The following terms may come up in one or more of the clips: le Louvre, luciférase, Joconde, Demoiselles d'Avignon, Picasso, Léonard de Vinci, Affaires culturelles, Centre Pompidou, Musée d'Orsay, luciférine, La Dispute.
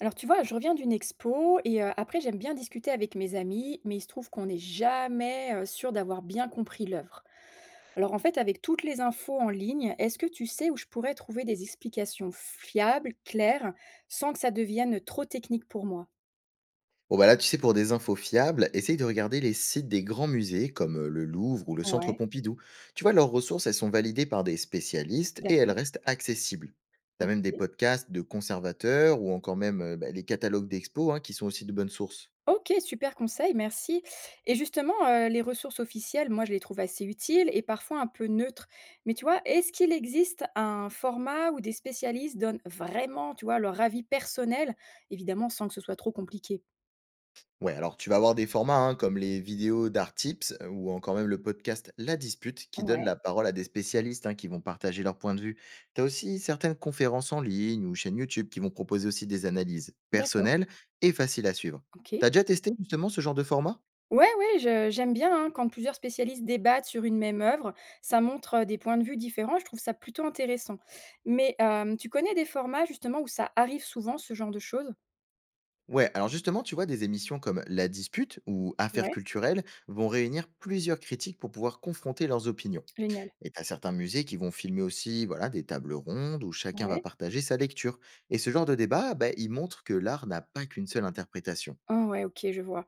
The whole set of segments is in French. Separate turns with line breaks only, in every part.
Alors tu vois, je reviens d'une expo et après j'aime bien discuter avec mes amis, mais il se trouve qu'on n'est jamais, sûr d'avoir bien compris l'œuvre. Alors en fait, avec toutes les infos en ligne, est-ce que tu sais où je pourrais trouver des explications fiables, claires, sans que ça devienne trop technique pour moi?
Bon bah là, tu sais, pour des infos fiables, essaye de regarder les sites des grands musées comme le Louvre ou le Centre
Ouais,
Pompidou. Tu vois, leurs ressources, elles sont validées par des spécialistes et elles
d'accord,
restent accessibles. T'as même des
OK.
podcasts de conservateurs ou encore même bah, les catalogues d'expos hein, qui sont aussi de bonnes sources.
OK, super conseil, merci, et justement, les ressources officielles, moi, je les trouve assez utiles et parfois un peu neutres. Mais tu vois, est-ce qu'il existe un format où des spécialistes donnent vraiment, tu vois, leur avis personnel, évidemment sans que ce soit trop compliqué?
Ouais, alors tu vas avoir des formats hein, comme les vidéos d'Art Tips ou encore même le podcast La Dispute qui donne
Ouais,
la parole à des spécialistes hein, qui vont partager leur point de vue. Tu as aussi certaines conférences en ligne ou chaînes YouTube qui vont proposer aussi des analyses
d'accord,
personnelles et faciles à suivre.
OK.
T'as déjà testé justement ce genre de format?
Ouais, ouais, je j'aime bien, hein, quand plusieurs spécialistes débattent sur une même œuvre, ça montre, des points de vue différents, je trouve ça plutôt intéressant. Mais, tu connais des formats justement où ça arrive souvent, ce genre de choses?
Ouais, alors justement, tu vois, des émissions comme La Dispute ou Affaires
Ouais,
culturelles vont réunir plusieurs critiques pour pouvoir confronter leurs opinions.
génial,
Et t'as certains musées qui vont filmer aussi voilà, des tables rondes où chacun va
ouais.
partager sa lecture. Et ce genre de débat, ben, il montre que l'art n'a pas qu'une seule interprétation.
Ah ouais, OK, je vois.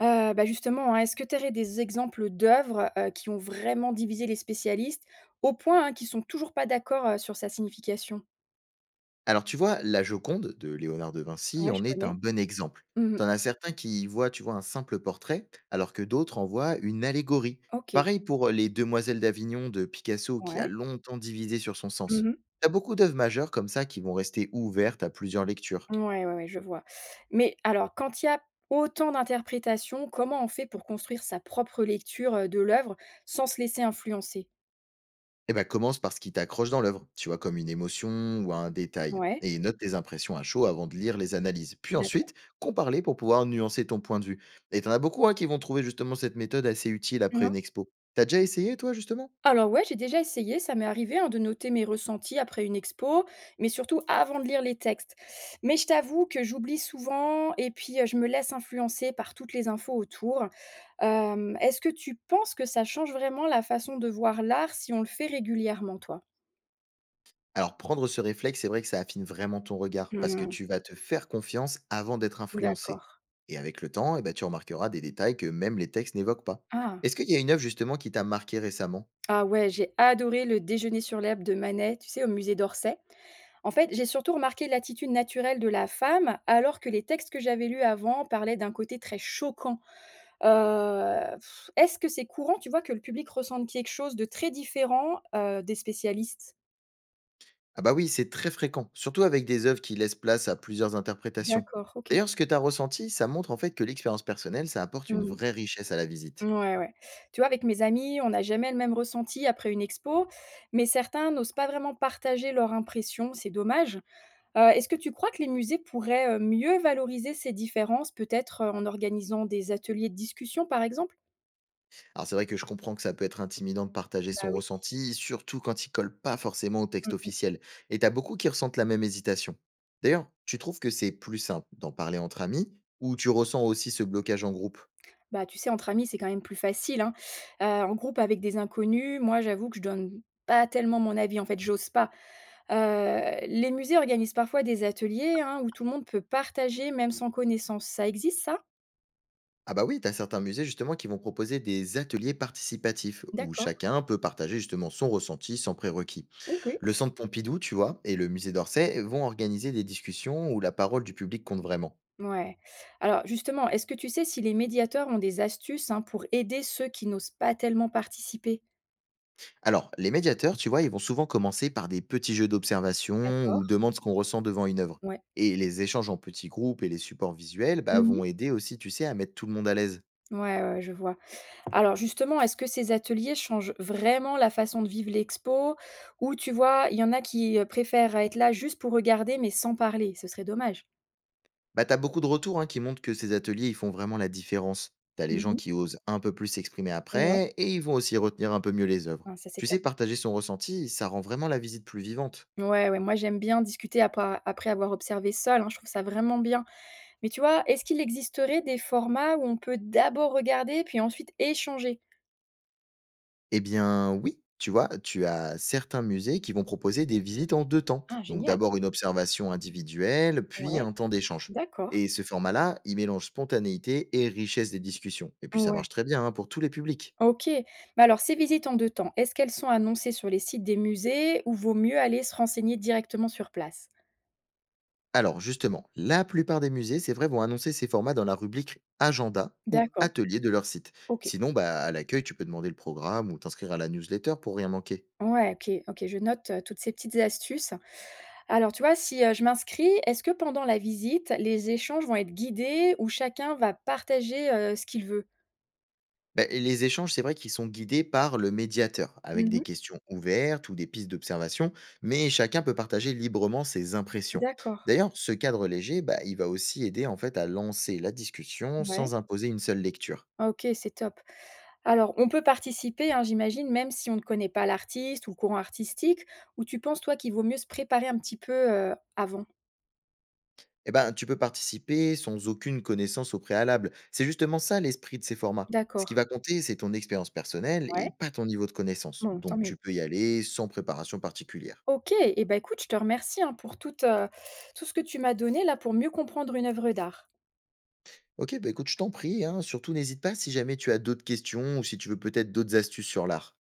Justement, hein, est-ce que tu aurais des exemples d'œuvres, qui ont vraiment divisé les spécialistes au point, hein, qu'ils sont toujours pas d'accord, sur sa signification?
Alors tu vois, la Joconde de Léonard de Vinci
Ouais, je
en est
connais.
un bon exemple.
Mmh.
T'en as certains qui y voient, tu vois, un simple portrait, alors que d'autres en voient une allégorie.
OK.
Pareil pour les Demoiselles d'Avignon de Picasso, qui a
Ouais.
longtemps divisé sur son sens.
Mmh.
T'as beaucoup d'œuvres majeures comme ça qui vont rester ouvertes à plusieurs lectures.
Ouais, ouais, ouais, je vois. Mais alors, quand il y a autant d'interprétations, comment on fait pour construire sa propre lecture, de l'œuvre sans se laisser influencer?
Eh ben commence par ce qui t'accroche dans l'œuvre, tu vois, comme une émotion ou un détail.
Ouais,
Et note tes impressions à chaud avant de lire les analyses. Puis
d'accord.
ensuite, compare-les pour pouvoir nuancer ton point de vue. Et t'en as beaucoup hein, qui vont trouver justement cette méthode assez utile après
Mmh.
une expo. T'as déjà essayé, toi, justement?
Alors ouais, j'ai déjà essayé, ça m'est arrivé, hein, de noter mes ressentis après une expo, mais surtout avant de lire les textes. Mais je t'avoue que j'oublie souvent et puis je me laisse influencer par toutes les infos autour. Est-ce que tu penses que ça change vraiment la façon de voir l'art si on le fait régulièrement, toi?
Alors, prendre ce réflexe, c'est vrai que ça affine vraiment ton regard, parce que
Hmm,
tu vas te faire confiance avant d'être influencé.
d'accord.
Et avec le temps, eh ben tu remarqueras des détails que même les textes n'évoquent pas.
Ah.
Est-ce qu'il y a une œuvre, justement, qui t'a marqué récemment?
Ah ouais, j'ai adoré le déjeuner sur l'herbe de Manet, tu sais, au musée d'Orsay. En fait, j'ai surtout remarqué l'attitude naturelle de la femme, alors que les textes que j'avais lus avant parlaient d'un côté très choquant. Heu, est-ce que c'est courant, tu vois, que le public ressente quelque chose de très différent, des spécialistes?
Ah bah oui, c'est très fréquent, surtout avec des œuvres qui laissent place à plusieurs interprétations.
D'accord, OK.
D'ailleurs, ce que tu as ressenti, ça montre en fait que l'expérience personnelle, ça apporte une
Mmh.
vraie richesse à la visite.
Ouais, ouais. Tu vois, avec mes amis, on n'a jamais le même ressenti après une expo, mais certains n'osent pas vraiment partager leur impression, c'est dommage. Est-ce que tu crois que les musées pourraient, mieux valoriser ces différences, peut-être, en organisant des ateliers de discussion, par exemple?
Alors c'est vrai que je comprends que ça peut être intimidant de partager
Bah
son
oui.
ressenti, surtout quand il colle pas forcément au texte
Mmh.
officiel. Et t'as beaucoup qui ressentent la même hésitation. D'ailleurs, tu trouves que c'est plus simple d'en parler entre amis ou tu ressens aussi ce blocage en groupe?
Bah, tu sais, entre amis, c'est quand même plus facile, hein. En groupe avec des inconnus, moi, j'avoue que je donne pas tellement mon avis, en fait, j'ose pas. Les musées organisent parfois des ateliers, hein, où tout le monde peut partager même sans connaissance. Ça existe ça?
Ah bah oui, t'as certains musées justement qui vont proposer des ateliers participatifs où
D'accord,
chacun peut partager justement son ressenti sans prérequis.
OK.
Le Centre Pompidou, tu vois, et le Musée d'Orsay vont organiser des discussions où la parole du public compte vraiment.
Ouais. Alors justement, est-ce que tu sais si les médiateurs ont des astuces, hein, pour aider ceux qui n'osent pas tellement participer?
Alors, les médiateurs, tu vois, ils vont souvent commencer par des petits jeux d'observation ou
D'accord,
demandent ce qu'on ressent devant une œuvre.
ouais.
Et les échanges en petits groupes et les supports visuels bah,
Mmh.
vont aider aussi, tu sais, à mettre tout le monde à l'aise.
Ouais, ouais, je vois. Alors justement, est-ce que ces ateliers changent vraiment la façon de vivre l'expo? Ou tu vois, il y en a qui, préfèrent être là juste pour regarder mais sans parler, ce serait dommage.
Bah, t'as beaucoup de retours hein, qui montrent que ces ateliers, ils font vraiment la différence. T'as les gens
Mmh.
qui osent un peu plus s'exprimer
Ouais,
après et ils vont aussi retenir un peu mieux les œuvres.
ah ça c'est
Tu sais,
top.
partager son ressenti, ça rend vraiment la visite plus vivante.
Ouais, ouais, moi j'aime bien discuter après avoir observé seul, hein. Je trouve ça vraiment bien. Mais tu vois, est-ce qu'il existerait des formats où on peut d'abord regarder puis ensuite échanger?
Eh bien oui, tu vois, tu as certains musées qui vont proposer des visites en deux temps.
Ah
Donc
génial.
d'abord une observation individuelle, puis
Ouais,
un temps d'échange.
d'accord.
Et ce format-là, il mélange spontanéité et richesse des discussions. Et puis ça
Ouais.
marche très bien hein, pour tous les publics.
OK. Mais alors ces visites en 2 temps, est-ce qu'elles sont annoncées sur les sites des musées ou vaut mieux aller se renseigner directement sur place?
Alors justement, la plupart des musées, c'est vrai, vont annoncer ces formats dans la rubrique agenda ou
D'accord,
atelier de leur site.
OK.
Sinon, bah, à l'accueil, tu peux demander le programme ou t'inscrire à la newsletter pour rien manquer.
Ouais, OK, OK, je note, toutes ces petites astuces. Alors tu vois, si, je m'inscris, est-ce que pendant la visite, les échanges vont être guidés ou chacun va partager, ce qu'il veut?
Bah, les échanges, c'est vrai qu'ils sont guidés par le médiateur, avec des
Mmh.
questions ouvertes ou des pistes d'observation, mais chacun peut partager librement ses impressions.
D'accord.
D'ailleurs, ce cadre léger, bah, il va aussi aider en fait à lancer la discussion
Ouais.
sans imposer une seule lecture.
OK, c'est top. Alors on peut participer, hein, j'imagine, même si on ne connaît pas l'artiste ou le courant artistique, ou tu penses toi qu'il vaut mieux se préparer un petit peu, avant?
Eh ben, tu peux participer sans aucune connaissance au préalable. C'est justement ça l'esprit de ces formats. Ce
D'accord,
qui va compter, c'est ton expérience personnelle
ouais,
et pas ton niveau de connaissance.
bon, tant
Donc,
mieux.
tu peux y aller sans préparation particulière.
OK et ben écoute, je te remercie, hein, pour toute, tout ce que tu m'as donné là pour mieux comprendre une œuvre d'art.
Ok, bah écoute, je t'en prie, hein. Surtout n'hésite pas si jamais tu as d'autres questions ou si tu veux peut-être d'autres astuces sur l'art.